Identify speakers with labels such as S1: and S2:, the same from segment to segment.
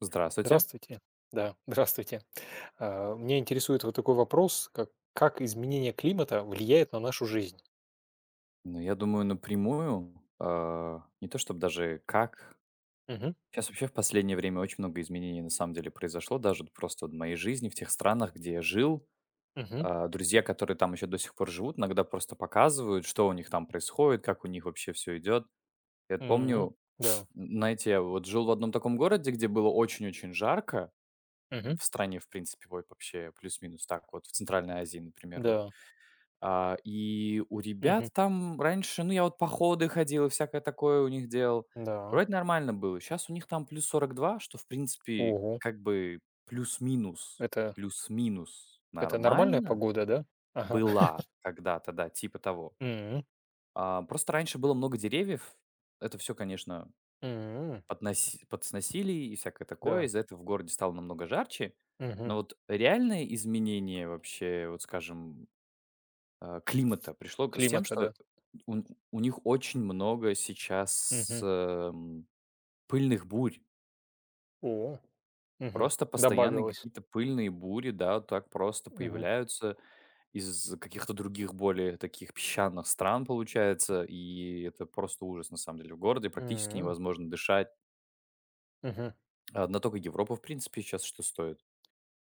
S1: Здравствуйте.
S2: Здравствуйте. Да, здравствуйте. Меня интересует вот такой вопрос, как изменение климата влияет на нашу жизнь.
S1: Ну, я думаю, напрямую, не то чтобы даже как.
S2: Мгм.
S1: Сейчас вообще в последнее время очень много изменений на самом деле произошло, даже вот просто в моей жизни, в тех странах, где я жил.
S2: Мгм.
S1: Друзья, которые там еще до сих пор живут, иногда просто показывают, что у них там происходит, как у них вообще все идет. Я вот
S2: М,
S1: помню,
S2: да.
S1: знаете, я вот жил в одном таком городе, где было очень-очень жарко,
S2: Мгм.
S1: в стране, в принципе, ой, вообще плюс-минус так, вот в Центральной Азии, например, вот.
S2: Да.
S1: И у
S2: Мгм.
S1: ребят там раньше, ну, я вот походы ходил и всякое такое у них делал.
S2: Да.
S1: Вроде нормально было. Сейчас у них там +42, что, в принципе,
S2: Ого.
S1: как бы плюс-минус,
S2: Это,
S1: плюс-минус
S2: это нормальная
S1: нормально
S2: погода, да? Ага.
S1: была когда-то, да, типа того.
S2: М,
S1: Просто раньше было много деревьев. Это все, конечно,
S2: м,
S1: подноси подсносили и всякое такое.
S2: да.
S1: Из-за этого в городе стало намного жарче.
S2: Мгм.
S1: Но вот реальное изменение вообще, вот скажем, климата пришло с тем,
S2: Климата,
S1: что
S2: да.
S1: ун у них очень много сейчас
S2: Мгм.
S1: пыльных бурь.
S2: О. Мгм.
S1: Просто постоянные
S2: Добавилось.
S1: какие-то пыльные бури, да, вот так просто
S2: Мгм.
S1: появляются из каких-то других, более таких песчаных стран, получается. И это просто ужас, на самом деле. В городе практически
S2: М,
S1: невозможно дышать.
S2: мгм.
S1: Одна только Европа, в принципе, сейчас что стоит.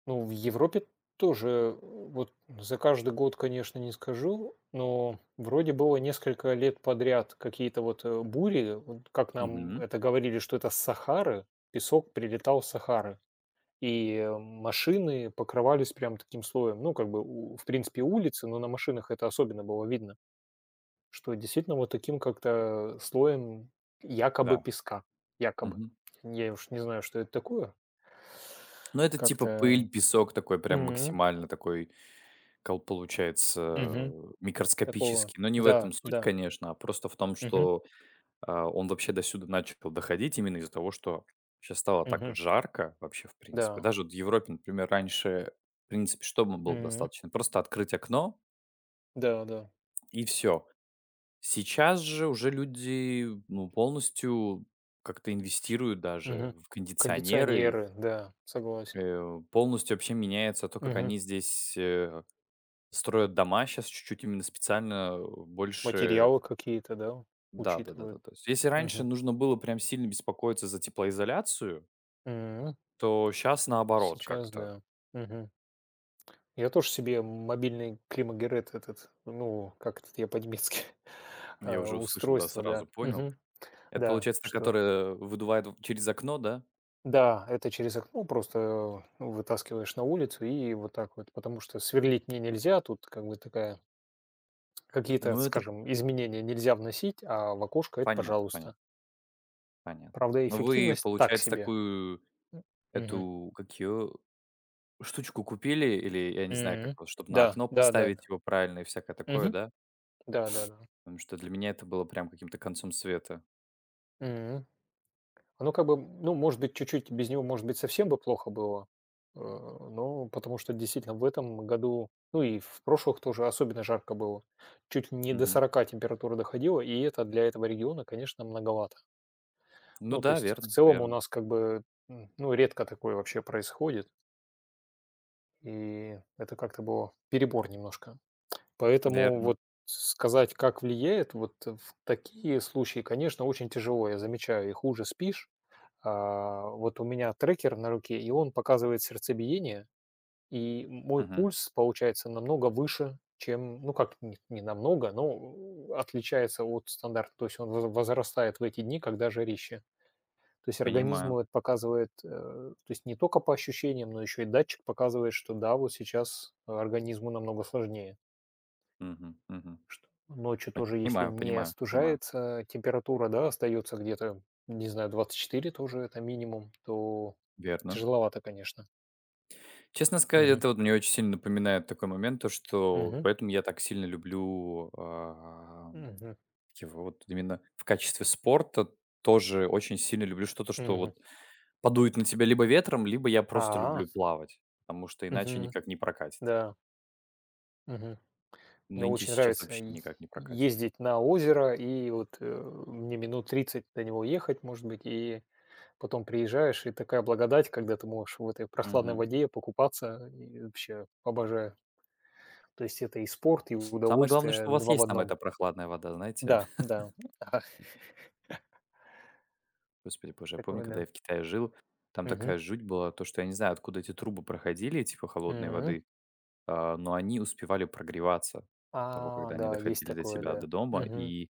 S2: Ну, в Европе тоже, вот за каждый год, конечно, не скажу, но вроде было несколько лет подряд какие-то вот бури, вот как нам
S1: Мгм.
S2: это говорили, что это с Сахары, песок прилетал с Сахары, и машины покрывались прям таким слоем, ну, как бы, в принципе, улицы, но на машинах это особенно было видно, что действительно вот таким как-то слоем
S1: Да.
S2: якобы песка, якобы.
S1: Мгм.
S2: Я уж не знаю, что это такое.
S1: Но это типа
S2: Как-то...
S1: пыль, песок такой прям максимально такой кал получается,
S2: Мгм. Такого.
S1: микроскопический. Но не в
S2: Да,
S1: этом суть,
S2: да.
S1: конечно, а просто в том,
S2: Мгм,
S1: что он вообще до сюда начал доходить именно из-за того, что сейчас стало так
S2: мгм.
S1: жарко вообще, в принципе.
S2: Да.
S1: Даже вот в Европе, например, раньше, в принципе, что было
S2: М.
S1: достаточно? Просто открыть окно
S2: Да, да.
S1: и все. Сейчас же уже люди, ну, полностью как-то инвестируют даже
S2: Мгм.
S1: в кондиционеры,
S2: Кондиционеры, да, согласен.
S1: полностью вообще меняется то, как
S2: Мгм.
S1: они здесь строят дома. Сейчас чуть-чуть именно специально больше.
S2: Материалы какие-то, да,
S1: Да-да-да-да.
S2: учитывают.
S1: То есть если раньше
S2: Мгм.
S1: нужно было прям сильно беспокоиться за теплоизоляцию,
S2: М.
S1: то сейчас наоборот
S2: Сейчас
S1: как-то.
S2: да. Мгм. Я тоже себе мобильный климагерет этот, ну, как этот, я по-немецки,
S1: Я
S2: а,
S1: уже услышал, да,
S2: устройство,
S1: сразу
S2: да.
S1: понял.
S2: Мгм.
S1: Это
S2: Да,
S1: получается та,
S2: что
S1: которая выдувает в через окно, да?
S2: Да, это через окно просто, ну, вытаскиваешь на улицу и вот так вот, потому что сверлить мне нельзя, тут как бы такая. Какие-то,
S1: Ну, это
S2: скажем, изменения нельзя вносить, а в окошко — это
S1: понятно,
S2: пожалуйста.
S1: понятно, понятно.
S2: Правда,
S1: Но вы,
S2: эффективность так
S1: получается,
S2: себе.
S1: такую,
S2: М. Мгм.
S1: эту, как её, штучку купили или, я не знаю, как
S2: М.
S1: чтобы на
S2: Да,
S1: окно
S2: да-да.
S1: поставить его правильно и всякое такое,
S2: Мгм.
S1: да?
S2: Да-да-да.
S1: Потому что для меня это было прям каким-то концом света.
S2: М. Оно как бы, ну, может быть, чуть-чуть без него, может быть, совсем бы плохо было, но потому что действительно в этом году, ну, и в прошлых тоже особенно жарко было. Чуть ли не до
S1: Мгм.
S2: 40 температура доходила, и это для этого региона, конечно, многовато.
S1: Ну
S2: Ну, то
S1: да,
S2: есть в
S1: верно,
S2: целом у
S1: верно,
S2: нас как бы, ну, редко такое вообще происходит. И это как-то было перебор немножко. Поэтому
S1: верно.
S2: вот сказать, как влияет, вот в такие случаи, конечно, очень тяжело. Я замечаю, и хуже спишь. А, вот у меня трекер на руке, и он показывает сердцебиение, и мой
S1: Мгм.
S2: пульс получается намного выше, чем, ну как не намного, но отличается от стандарта. То есть он возрастает в эти дни, когда жарище. То есть
S1: Понимаю.
S2: организму это показывает, то есть не только по ощущениям, но еще и датчик показывает, что да, вот сейчас организму намного сложнее.
S1: Мгм, мгм.
S2: Ночью тоже, если
S1: Понимаю,
S2: не
S1: понимаю, понимаю.
S2: остужается, температура, да, остается где-то, не знаю, 24 тоже это минимум, то
S1: Верно.
S2: тяжеловато, конечно.
S1: Честно сказать,
S2: Мгм.
S1: это вот мне очень сильно напоминает такой момент, то что
S2: Мгм.
S1: поэтому я так сильно люблю,
S2: Мгм.
S1: его вот именно в качестве спорта тоже очень сильно люблю что-то, что
S2: Мгм.
S1: вот подует на тебя либо ветром, либо я просто
S2: А,
S1: люблю плавать, потому что иначе
S2: мгм.
S1: никак не прокатит.
S2: Да. Мгм. Мне
S1: Нынче
S2: очень
S1: сейчас
S2: нравится
S1: вообще
S2: и
S1: никак не прокатит.
S2: ездить на озеро, и мне минут 30 до него ехать, может быть, и потом приезжаешь, и такая благодать, когда ты можешь в этой прохладной
S1: Мгм.
S2: воде покупаться, и вообще обожаю. То есть это и спорт, и
S1: Самое главное, что
S2: удовольствие,
S1: у вас
S2: 2 в
S1: есть там
S2: одном.
S1: эта прохладная вода, знаете?
S2: Да, да. Ага,
S1: Господи боже, я помню,
S2: такое,
S1: когда я
S2: да.
S1: в Китае жил, там
S2: Мгм.
S1: такая жуть была, то, что я не знаю, откуда эти трубы проходили, типа холодной
S2: Мгм.
S1: воды, но они успевали прогреваться до того,
S2: А,
S1: когда они
S2: да, есть
S1: доходили до
S2: такое,
S1: тебя, до
S2: да.
S1: дома.
S2: Мгм.
S1: И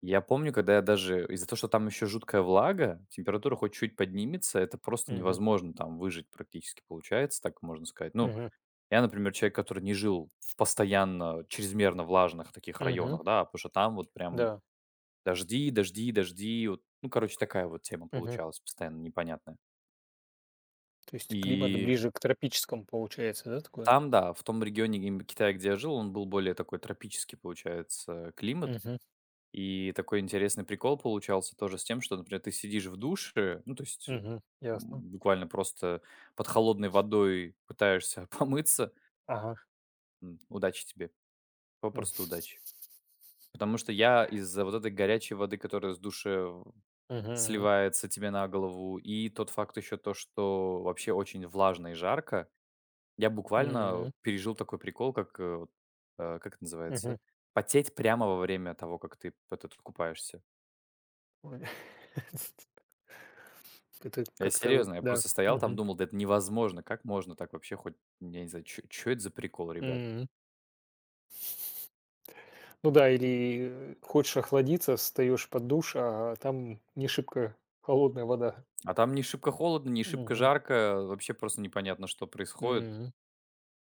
S1: я помню, когда я даже из-за того, что там еще жуткая влага, температура хоть чуть поднимется, это просто
S2: Мгм.
S1: невозможно там выжить практически получается, так можно сказать. Ну,
S2: Мгм.
S1: я, например, человек, который не жил в постоянно чрезмерно влажных таких
S2: Мгм.
S1: районах, да, потому что там вот прям
S2: Да.
S1: дожди, дожди, дожди, вот, ну, короче, такая вот тема
S2: Мгм.
S1: получалась постоянно непонятная.
S2: То есть климат
S1: И
S2: ближе к тропическому получается, да, такое?
S1: Там да, в том регионе им Китая, где я жил, он был более такой тропический, получается, климат.
S2: Мгм.
S1: И такой интересный прикол получался тоже с тем, что, например, ты сидишь в душе, ну, то есть,
S2: Мгм. Ясно.
S1: буквально просто под холодной водой пытаешься помыться.
S2: Ага.
S1: Удачи тебе,
S2: М.
S1: попросту удачи. Потому что я из-за вот этой горячей воды, которая с души
S2: Мгм.
S1: сливается тебе на голову, и тот факт еще то, что вообще очень влажно и жарко, я буквально
S2: М.
S1: пережил такой прикол, как, э, вот, э, как это
S2: Мгм.
S1: называется, потеть прямо во время того, как ты вот этот купаешься.
S2: Ой. Это
S1: Я
S2: как-то вот,
S1: серьезно, я
S2: да.
S1: просто стоял там,
S2: Мгм.
S1: думал, да это невозможно, как можно так вообще хоть, я не знаю, что это за прикол, ребят.
S2: М. Ну да, или, хочешь охладиться, встаёшь под душ, а там не шибко холодная вода.
S1: А там не шибко холодно, не шибко
S2: Мгм.
S1: жарко, вообще просто непонятно, что происходит.
S2: М.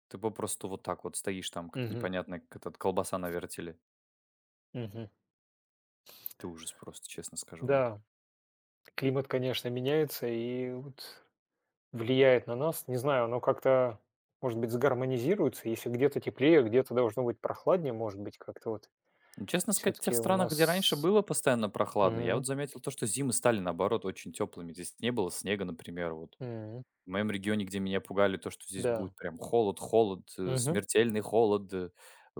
S1: Ты попросту вот так вот стоишь там, как
S2: Мгм.
S1: непонятная к- этот колбаса на вертеле.
S2: Мгм.
S1: Ты ужас просто, честно скажу вам.
S2: Да, климат, конечно, меняется и вот влияет на нас. Не знаю, оно как-то, может быть, сгармонизируется, если где-то теплее, где-то должно быть прохладнее, может быть, как-то вот
S1: Ну, честно
S2: все
S1: сказать, в тех
S2: таки у
S1: странах, где раньше
S2: нас.
S1: было постоянно прохладно, я
S2: Мгм.
S1: вот заметил то, что зимы стали, наоборот, очень теплыми. Здесь не было снега, например, вот.
S2: Мгм.
S1: В моем регионе, где меня пугали, то, что здесь
S2: Да.
S1: будет прям холод, холод,
S2: Мгм.
S1: смертельный холод.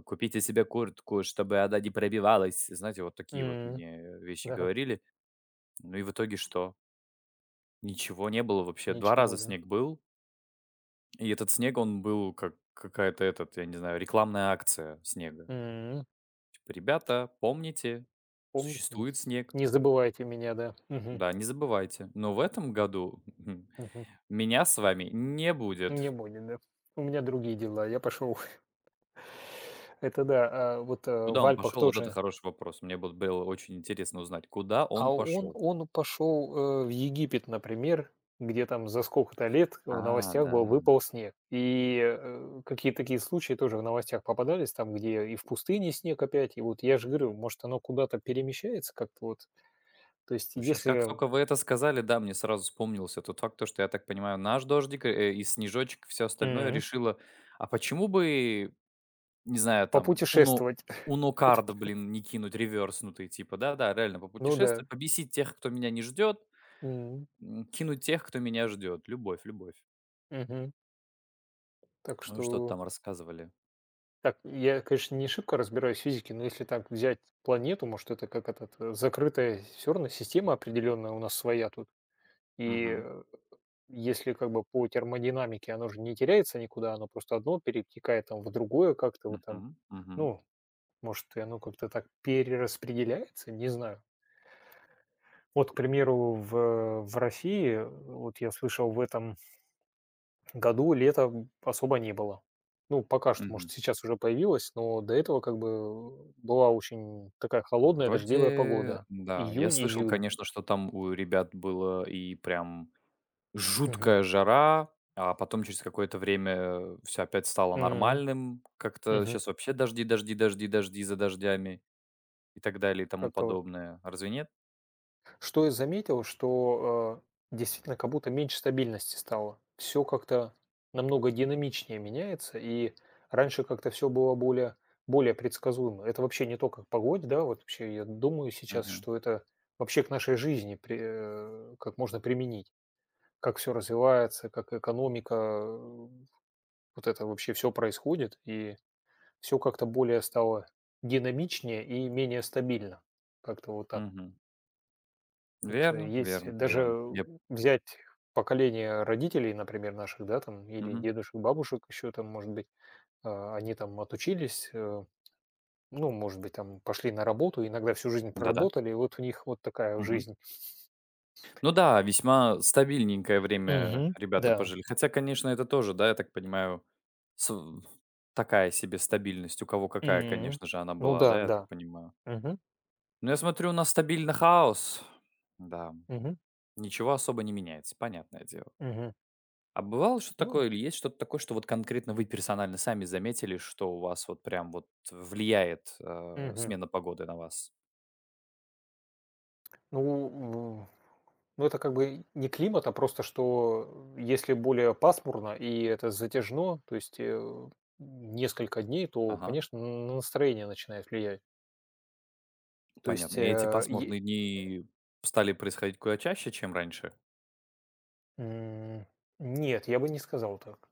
S1: Купите себе куртку, чтобы она не пробивалась. Знаете, вот такие вот
S2: М.
S1: мне вещи
S2: Да.
S1: говорили. Ну и в итоге что? Ничего не было вообще. Два раза
S2: Ничего, да.
S1: снег был, и этот снег, он был как какая-то, этот, я не знаю, рекламная акция снега.
S2: М,
S1: Типа, ребята, помните,
S2: помните?
S1: существует снег,
S2: Не забывайте меня, да. Мгм,
S1: да, не забывайте. Но в этом году
S2: мгм.
S1: меня с вами не
S2: Ну, не
S1: будет.
S2: будет, да. У меня другие дела, я пошел. Это да,
S1: Куда
S2: в
S1: он
S2: Альпах
S1: пошел? Вот это
S2: тоже.
S1: хороший вопрос. Мне бы было очень интересно узнать, куда он
S2: А он
S1: пошел.
S2: он пошел, в Египет, например, где там за сколько-то лет в
S1: А,
S2: новостях
S1: да.
S2: был выпал снег. И, какие-то такие случаи тоже в новостях попадались, там, где и в пустыне снег опять. И вот я же говорю, может, оно куда-то перемещается как-то вот. То есть
S1: Ну, сейчас как
S2: если,
S1: только вы это сказали, да, мне сразу вспомнился тот факт, то, что, я так понимаю, наш дождик и снежочек, все остальное
S2: м,
S1: решила, а почему бы, не знаю, там,
S2: попутешествовать.
S1: унокард, блин, не кинуть реверснутый, типа, да-да, реально
S2: Ну да.
S1: попутешествовать, побесить тех, кто меня не ждет, кинуть тех, кто меня ждет. Любовь, любовь.
S2: Мгм. Так
S1: Вы что-то
S2: что
S1: там рассказывали.
S2: так, я, конечно, не шибко разбираюсь в физике, но если так взять планету, может, это как закрытая все равно система определенная у нас своя тут. И
S1: Мгм.
S2: э, если как бы по термодинамике оно же не теряется никуда, оно просто одно перетекает там в другое как-то вот
S1: Мгм.
S2: там,
S1: Мгм.
S2: ну, может, и оно как-то так перераспределяется, не знаю. Вот, к примеру, в России, вот я слышал в этом году лета особо не было. Ну, пока что,
S1: Мгм.
S2: может, сейчас уже появилось, но до этого как бы была очень такая холодная, дождливая
S1: Вроде,
S2: погода.
S1: да. Я
S2: Июнь,
S1: слышал,
S2: июль.
S1: конечно, что там у ребят было и прям
S2: Мгм.
S1: жуткая жара, а потом через какое-то время всё опять стало
S2: Мгм.
S1: нормальным. Как-то
S2: Мгм.
S1: сейчас вообще дожди, дожди, дожди, дожди за дождями и так далее и тому
S2: Как-то вот.
S1: подобное. Разве нет?
S2: Что я заметил, что, действительно как будто меньше стабильности стало. Все как-то намного динамичнее меняется, и раньше как-то все было более предсказуемо. Это вообще не только к погоде, да, вот вообще я думаю сейчас,
S1: Мгм.
S2: что это вообще к нашей жизни как можно применить. Как все развивается, как экономика, вот это вообще все происходит, и все как-то более стало динамичнее и менее стабильно. Как-то вот так. Вот.
S1: Мгм.
S2: Вот,
S1: Верно,
S2: есть
S1: верно, верно.
S2: даже
S1: Я
S2: взять поколение родителей, например, наших, да, там, или
S1: Мгм.
S2: дедушек, бабушек еще там, может быть, они там отучились, ну, может быть, там пошли на работу, иногда всю жизнь
S1: Да-да.
S2: проработали, и вот у них вот такая
S1: Мгм.
S2: жизнь.
S1: Ну да, весьма стабильненькое время
S2: Мгм.
S1: ребята
S2: Да.
S1: пожили. Хотя, конечно, это тоже, да, я так понимаю, с- такая себе стабильность. У кого какая,
S2: М.
S1: конечно же, она
S2: Ну
S1: была,
S2: да,
S1: да, я так
S2: да.
S1: понимаю.
S2: Мгм.
S1: Но я смотрю, у нас стабильно хаос. Да,
S2: Мгм.
S1: ничего особо не меняется, понятное дело.
S2: Мгм.
S1: А бывало что
S2: Ну.
S1: такое, или есть что-то такое, что вот конкретно вы персонально сами заметили, что у вас вот прям вот влияет
S2: Мгм.
S1: смена погоды на вас?
S2: Ну, м, ну, это как бы не климат, а просто что если более пасмурно и это затяжно, то есть несколько дней, то,
S1: Ага,
S2: конечно, на настроение начинает влиять. То
S1: понятно.
S2: есть,
S1: И эти
S2: э, е-
S1: пасмурные дни стали происходить куда чаще, чем раньше?
S2: м, нет, я бы не сказал так.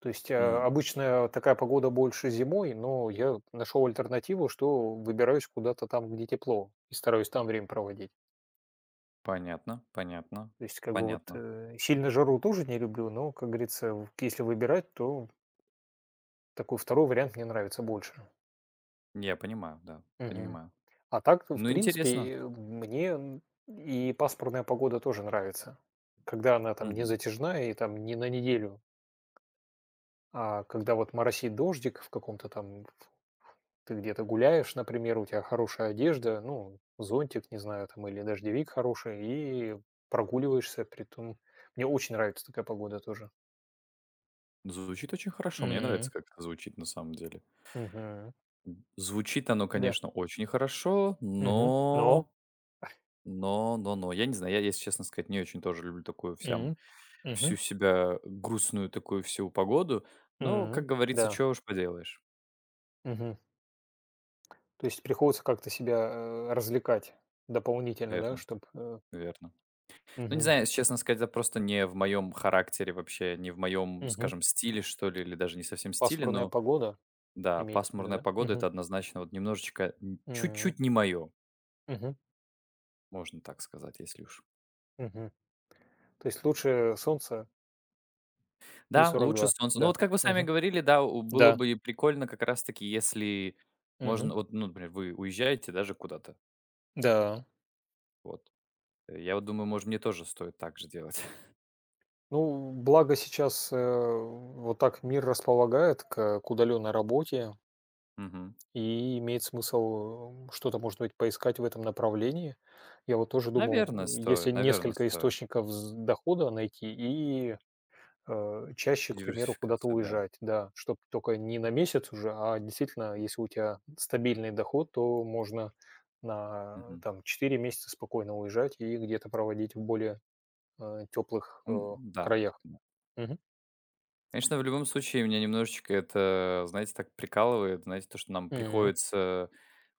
S2: То есть э,
S1: М.
S2: обычно такая погода больше зимой, но я нашел альтернативу, что выбираюсь куда-то там, где тепло, и стараюсь там время проводить.
S1: Понятно, понятно,
S2: То есть, как бы вот
S1: понятно.
S2: э, сильно жару тоже не люблю, но, как говорится, если выбирать, то такой второй вариант мне нравится больше.
S1: Я понимаю, да,
S2: Мгм.
S1: понимаю.
S2: А так, в
S1: Ну, интересно.
S2: принципе, мне и пасмурная погода тоже нравится. Когда она там не
S1: Мгм.
S2: затяжная и там не на неделю, а когда вот моросит дождик в каком-то там, в ты где-то гуляешь, например, у тебя хорошая одежда, ну, зонтик, не знаю, там или дождевик хороший, и прогуливаешься, притом мне очень нравится такая погода тоже.
S1: Звучит очень хорошо. Мне нравится,
S2: М.
S1: как это звучит на самом деле.
S2: Мгм.
S1: Звучит оно,
S2: Да.
S1: конечно, очень хорошо,
S2: Мгм. Но.
S1: но... но, но. Я не знаю, я, если честно сказать, не очень тоже люблю такую
S2: М.
S1: всю
S2: Мгм.
S1: себя грустную такую всю погоду. Но, как
S2: М.
S1: говорится,
S2: Да.
S1: чего уж поделаешь.
S2: Мгм. То есть приходится как-то себя развлекать дополнительно, да,
S1: Верно,
S2: чтобы э.
S1: верно. Ну, не знаю, если честно сказать, это просто не в моем характере вообще, не в моем, скажем, стиле, что ли, или даже не совсем стиле,
S2: Пасмурная
S1: но
S2: погода,
S1: да,
S2: имеете в виду,
S1: пасмурная
S2: да?
S1: погода —
S2: Мгм,
S1: это однозначно вот немножечко, н
S2: м,
S1: чуть-чуть не мое,
S2: мгм,
S1: можно так сказать, если уж.
S2: мгм. То есть лучше солнце и
S1: Да,
S2: сорок
S1: лучше
S2: два,
S1: солнце. Ну,
S2: да.
S1: вот как вы сами
S2: Мгм.
S1: говорили, да, у было
S2: Да.
S1: бы и прикольно как раз таки, если
S2: Мгм.
S1: можно вот, ну, например, вы уезжаете даже куда-то,
S2: Да.
S1: вот. Я вот думаю, может, мне тоже стоит так же делать.
S2: Ну, благо сейчас, вот так мир располагает к удалённой работе,
S1: Мгм.
S2: и имеет смысл, что-то, может быть, поискать в этом направлении. Я вот тоже
S1: Наверное,
S2: думал, если
S1: стоит, наверное,
S2: несколько
S1: стоит.
S2: источников з дохода найти и чаще, к примеру, куда-то
S1: Диверсификация, да.
S2: уезжать, да, чтобы только не на месяц уже, а действительно, если у тебя стабильный доход, то можно на
S1: Мгм.
S2: там 4 месяца спокойно уезжать и где-то проводить в более теплых
S1: М, да.
S2: краях.
S1: Да.
S2: Мгм.
S1: Конечно, в любом случае меня немножечко это, знаете, так прикалывает, знаете, то, что нам
S2: М,
S1: приходится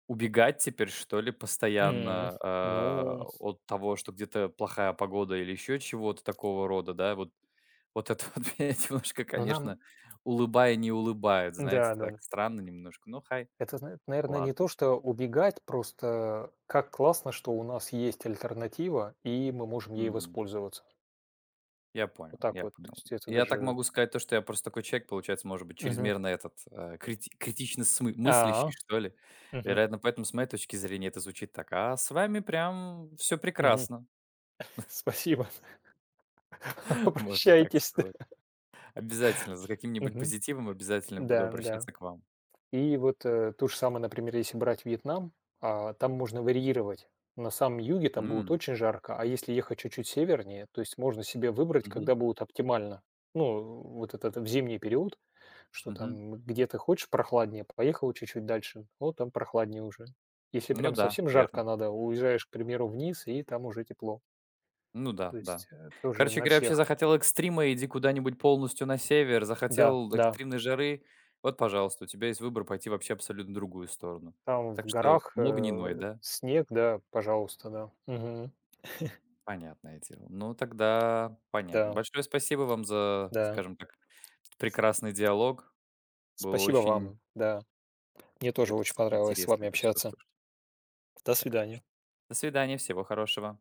S1: убегать теперь, что ли,
S2: м.
S1: постоянно,
S2: Ну,
S1: от того, что где-то плохая погода или еще чего-то такого рода, да? Вот это вот меня немножко,
S2: ну нам,
S1: конечно, улыбая не улыбает, знаете,
S2: да, да,
S1: так
S2: да.
S1: странно немножко. Ну, хай,
S2: Это, наверное, не
S1: ладно.
S2: то, что убегать, просто как классно, что у нас есть альтернатива, и мы можем ей
S1: Мгм.
S2: воспользоваться.
S1: Я понял,
S2: Вот так
S1: я
S2: вот. То
S1: понял.
S2: есть это
S1: Я так
S2: даже.
S1: могу сказать то, что я просто такой человек, получается, может быть,
S2: Мгм.
S1: чрезмерно этот, критично смы мыслящий,
S2: А,
S1: что ли.
S2: мгм.
S1: Вероятно, поэтому с моей точки зрения это звучит так: «А с вами прям все
S2: Мгм.
S1: прекрасно»,
S2: Спасибо.
S1: можно так
S2: Обращайтесь, да.
S1: сказать. Обязательно, за каким-нибудь
S2: Мгм.
S1: позитивом обязательно буду
S2: Да, да.
S1: обращаться к вам.
S2: И вот, то же самое, например, если брать Вьетнам, а, там можно варьировать. На самом юге там будет
S1: М,
S2: очень жарко, а если ехать чуть-чуть севернее, то есть можно себе выбрать,
S1: мгм,
S2: когда будет оптимально. Ну, вот этот в зимний период, что
S1: мгм.
S2: там где ты хочешь прохладнее, поехал чуть-чуть дальше, вот там прохладнее уже. Если
S1: Ну
S2: прям
S1: да,
S2: совсем
S1: верно.
S2: жарко надо, уезжаешь, к примеру, вниз, и там уже тепло.
S1: Ну да,
S2: То
S1: да.
S2: есть, тоже
S1: Короче
S2: на
S1: говоря, вообще
S2: всех.
S1: захотел экстрима — иди куда-нибудь полностью на север,
S2: Да,
S1: захотел
S2: да.
S1: экстремной жары — вот, пожалуйста, у тебя есть выбор пойти вообще абсолютно другую сторону.
S2: Там
S1: Так
S2: в
S1: что
S2: горах,
S1: много не ной, да?
S2: снег, да, пожалуйста, да. Мгм.
S1: Понятное дело. Ну, тогда понятно.
S2: Да,
S1: Большое спасибо вам за,
S2: да.
S1: скажем так, этот прекрасный диалог. Было
S2: Спасибо
S1: очень,
S2: вам, да. Мне тоже
S1: как
S2: очень
S1: говорится,
S2: понравилось с
S1: интересно
S2: вами
S1: это все
S2: общаться.
S1: услышать.
S2: До
S1: Так
S2: свидания.
S1: точно. До свидания, всего хорошего.